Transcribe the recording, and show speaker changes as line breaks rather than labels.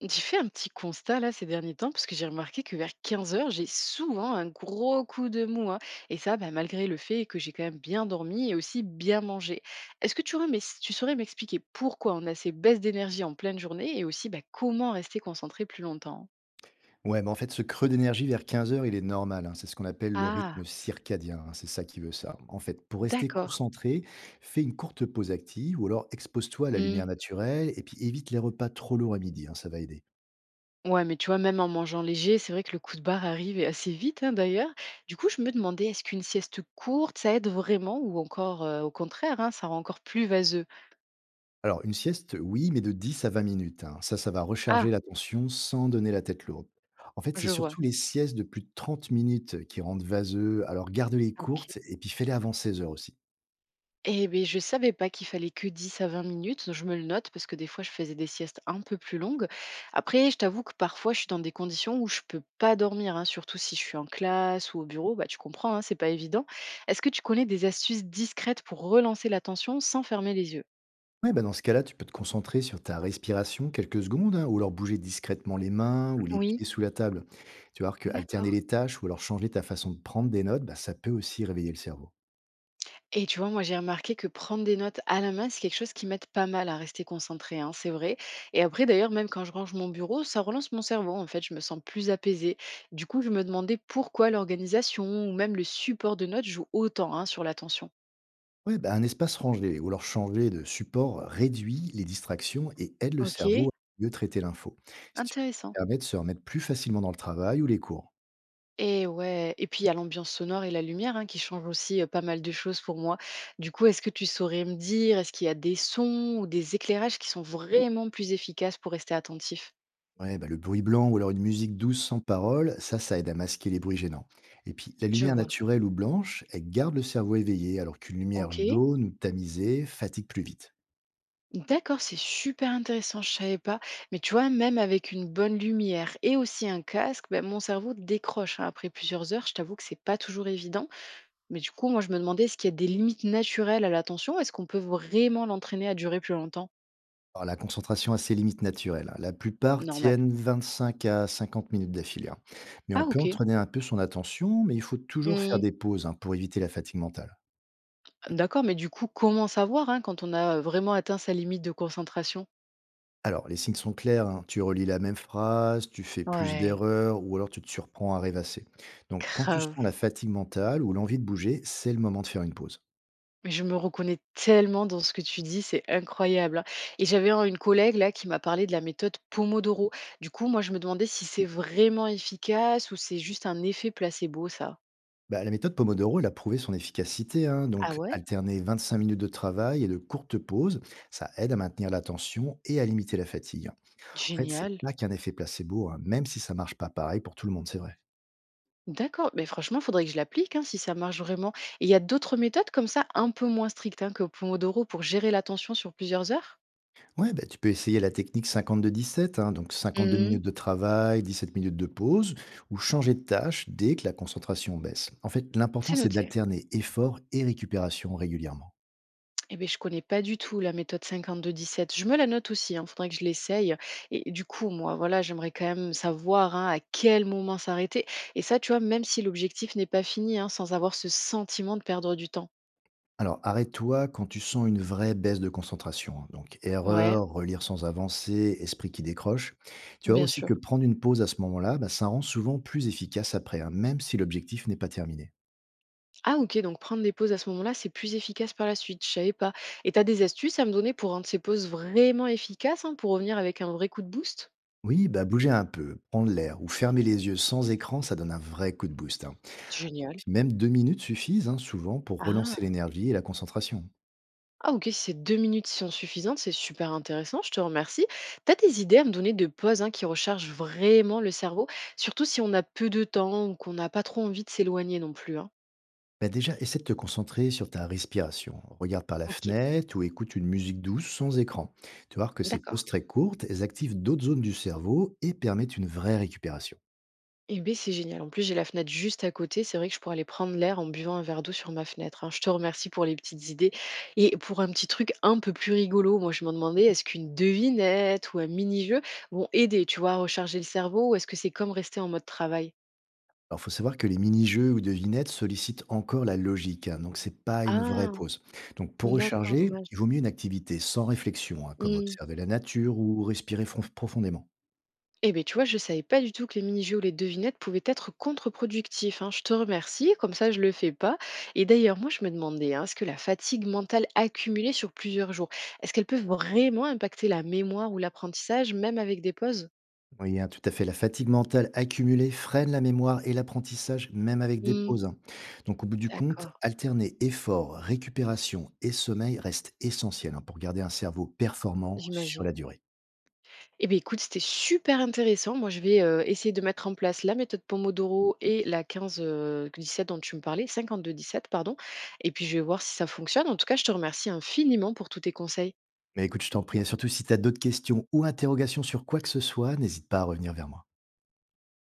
J'ai fait un petit constat là ces derniers temps parce que j'ai remarqué que vers 15 heures, j'ai souvent un gros coup de mou, hein. Et ça, bah, malgré le fait que j'ai quand même bien dormi et aussi bien mangé. Est-ce que tu saurais m'expliquer pourquoi on a ces baisses d'énergie en pleine journée et aussi bah, comment rester concentré plus longtemps?
Ouais, mais en fait, ce creux d'énergie vers 15 heures, il est normal, hein. C'est ce qu'on appelle le rythme
Ah,
circadien, hein. C'est ça qui veut ça. En fait, pour rester
d'accord.
concentré, fais une courte pause active ou alors expose-toi à la
Hmm.
lumière naturelle et puis évite les repas trop lourds à midi, hein, ça va aider.
Ouais, mais tu vois, même en mangeant léger, c'est vrai que le coup de barre arrive et assez vite hein, d'ailleurs. Du coup, je me demandais, est-ce qu'une sieste courte, ça aide vraiment ou encore au contraire, hein, ça rend encore plus vaseux?
Alors, une sieste, oui, mais de 10 à 20 minutes, hein. Ça va recharger
Ah,
l'attention sans donner la tête lourde. En fait, c'est
je vois.
surtout les siestes de plus de 30 minutes qui rendent vaseux. Alors, garde-les
OK.
courtes et puis fais-les avant 16 heures aussi.
Eh beh, je savais pas qu'il fallait que 10 à 20 minutes, je me le note parce que des fois je faisais des siestes un peu plus longues. Après, je t'avoue que parfois je suis dans des conditions où je peux pas dormir, hein, surtout si je suis en classe ou au bureau, bah tu comprends, hein, c'est pas évident. Est-ce que tu connais des astuces discrètes pour relancer l'attention sans fermer les yeux?
Ouais, bah, dans ce cas-là, tu peux te concentrer sur ta respiration quelques secondes, hein, ou alors bouger discrètement les mains ou les
Oui,
pieds sous la table. Tu vas voir que alterner
d'accord.
les tâches ou alors changer ta façon de prendre des notes, bah, ça peut aussi réveiller le cerveau.
Et tu vois, moi j'ai remarqué que prendre des notes à la main, c'est quelque chose qui m'aide pas mal à rester concentrée, hein, c'est vrai. Et après, d'ailleurs, même quand je range mon bureau, ça relance mon cerveau, en fait, je me sens plus apaisée. Du coup, je me demandais pourquoi l'organisation ou même le support de notes joue autant hein, sur l'attention.
Ouais, bah, un espace rangé ou alors changer de support réduit les distractions et aide le
Ok,
cerveau à mieux traiter l'info. Ce qui
intéressant.
permet de se remettre plus facilement dans le travail ou les cours.
Et ouais, et puis il y a l'ambiance sonore et la lumière hein, qui changent aussi pas mal de choses pour moi. Du coup, est-ce que tu saurais me dire, est-ce qu'il y a des sons ou des éclairages qui sont vraiment plus efficaces pour rester attentif?
Ouais, bah, le bruit blanc ou alors une musique douce sans parole, ça aide à masquer les bruits gênants. Et puis, la
Je
lumière
vois.
naturelle ou blanche, elle garde le cerveau éveillé, alors qu'une lumière
Ok.
jaune ou tamisée fatigue plus vite.
D'accord, c'est super intéressant, je savais pas. Mais tu vois, même avec une bonne lumière et aussi un casque, ben, mon cerveau décroche hein, après plusieurs heures. Je t'avoue que c'est pas toujours évident. Mais du coup, moi, je me demandais, est-ce qu'il y a des limites naturelles à l'attention? Est-ce qu'on peut vraiment l'entraîner à durer plus longtemps?
Alors, la concentration a ses limites naturelles, hein. La plupart
Normal.
tiennent 25 à 50 minutes d'affilée, hein. Mais on
Ah,
peut
ok.
entraîner un peu son attention, mais il faut toujours faire
Hmm,
des pauses hein, pour éviter la fatigue mentale.
d'accord, mais du coup, comment savoir hein, quand on a vraiment atteint sa limite de concentration?
Alors, les signes sont clairs, hein. Tu relis la même phrase, tu fais plus
Ouais,
d'erreurs ou alors tu te surprends à rêvasser. Donc, quand tu
grave.
sens la fatigue mentale ou l'envie de bouger, c'est le moment de faire une pause.
Mais je me reconnais tellement dans ce que tu dis, c'est incroyable, hein. Et j'avais une collègue là qui m'a parlé de la méthode Pomodoro. Du coup, moi, je me demandais si c'est vraiment efficace ou c'est juste un effet placebo, ça.
Bah, la méthode Pomodoro, elle a prouvé son efficacité, hein.
Ah
Donc,
ouais.
alterner 25 minutes de travail et de courtes pauses, ça aide à maintenir l'attention et à limiter la fatigue. En fait, c'est
Génial.
pas qu'un effet placebo, hein, même si ça marche pas pareil pour tout le monde, c'est vrai.
D'accord. Mais franchement, il faudrait que je l'applique hein, si ça marche vraiment. Et il y a d'autres méthodes comme ça, un peu moins strictes hein, que Pomodoro pour gérer l'attention sur plusieurs heures?
Ouais, bah, tu peux essayer la technique 52-17, hein, donc 52 minutes
Mhm.
de travail, 17 minutes de pause, ou changer de tâche dès que la concentration baisse. En fait, l'important,
C'est
c'est
noté.
d'alterner effort et récupération régulièrement.
Eh ben je connais pas du tout la méthode 52-17. Je me la note aussi, il faudrait que je l'essaye. Et du coup, moi, voilà, j'aimerais quand même savoir hein, à quel moment s'arrêter. Et ça, tu vois, même si l'objectif n'est pas fini, hein, sans avoir ce sentiment de perdre du temps.
Alors, arrête-toi quand tu sens une vraie baisse de concentration, hein. Donc,
Ouais,
erreur, relire sans avancer, esprit qui décroche. Tu vois
bien
aussi
sûr.
que prendre une pause à ce moment-là, bah, ça rend souvent plus efficace après, hein, même si l'objectif n'est pas terminé.
Ah ok, donc prendre des pauses à ce moment-là, c'est plus efficace par la suite, je savais pas. Et t'as des astuces à me donner pour rendre ces pauses vraiment efficaces, hein, pour revenir avec un vrai coup de boost?
Oui, bah bouger un peu, prendre l'air ou fermer les yeux sans écran, ça donne un vrai coup de boost, hein.
Génial.
Puis même 2 minutes suffisent hein, souvent pour relancer
Ah.
l'énergie et la concentration.
Ah OK, ces 2 minutes sont suffisantes, c'est super intéressant, je te remercie. T'as des idées à me donner de pauses, hein, qui rechargent vraiment le cerveau, surtout si on a peu de temps ou qu'on n'a pas trop envie de s'éloigner non plus, hein?
Bah déjà, essaie de te concentrer sur ta respiration. Regarde par la
OK,
fenêtre ou écoute une musique douce sans écran. Tu vas voir que ces pauses
d'accord.
très courtes, elles activent d'autres zones du cerveau et permettent une vraie récupération.
Eh beh, c'est génial. En plus, j'ai la fenêtre juste à côté. C'est vrai que je pourrais aller prendre l'air en buvant un verre d'eau sur ma fenêtre, hein. Je te remercie pour les petites idées et pour un petit truc un peu plus rigolo. Moi, je me demandais, est-ce qu'une devinette ou un mini-jeu vont aider, tu vois, à recharger le cerveau ou est-ce que c'est comme rester en mode travail?
Alors, faut savoir que les mini-jeux ou devinettes sollicitent encore la logique, hein, donc c'est pas une vraie
Ah!
pause. Donc, pour
D'accord,
recharger, il
dommage.
vaut mieux une activité sans réflexion, hein, comme
Mmh.
observer la nature ou respirer profondément.
Eh beh, tu vois, je savais pas du tout que les mini-jeux ou les devinettes pouvaient être contre-productifs, hein. Je te remercie, comme ça je le fais pas. Et d'ailleurs, moi je me demandais, hein, est-ce que la fatigue mentale accumulée sur plusieurs jours, est-ce qu'elle peut vraiment impacter la mémoire ou l'apprentissage, même avec des pauses?
Oui, hein, tout à fait. La fatigue mentale accumulée freine la mémoire et l'apprentissage, même avec des
Mmh,
pauses, hein. Donc, au bout du compte,
d'accord,
alterner effort, récupération et sommeil reste essentiel hein, pour garder un cerveau performant sur la
j'imagine.
durée.
Eh bien, écoute, c'était super intéressant. Moi, je vais essayer de mettre en place la méthode Pomodoro et la 15-17 dont tu me parlais, 52-17, pardon. Et puis, je vais voir si ça fonctionne. En tout cas, je te remercie infiniment pour tous tes conseils.
Mais écoute, je t'en prie, et surtout si tu as d'autres questions ou interrogations sur quoi que ce soit, n'hésite pas à revenir vers moi.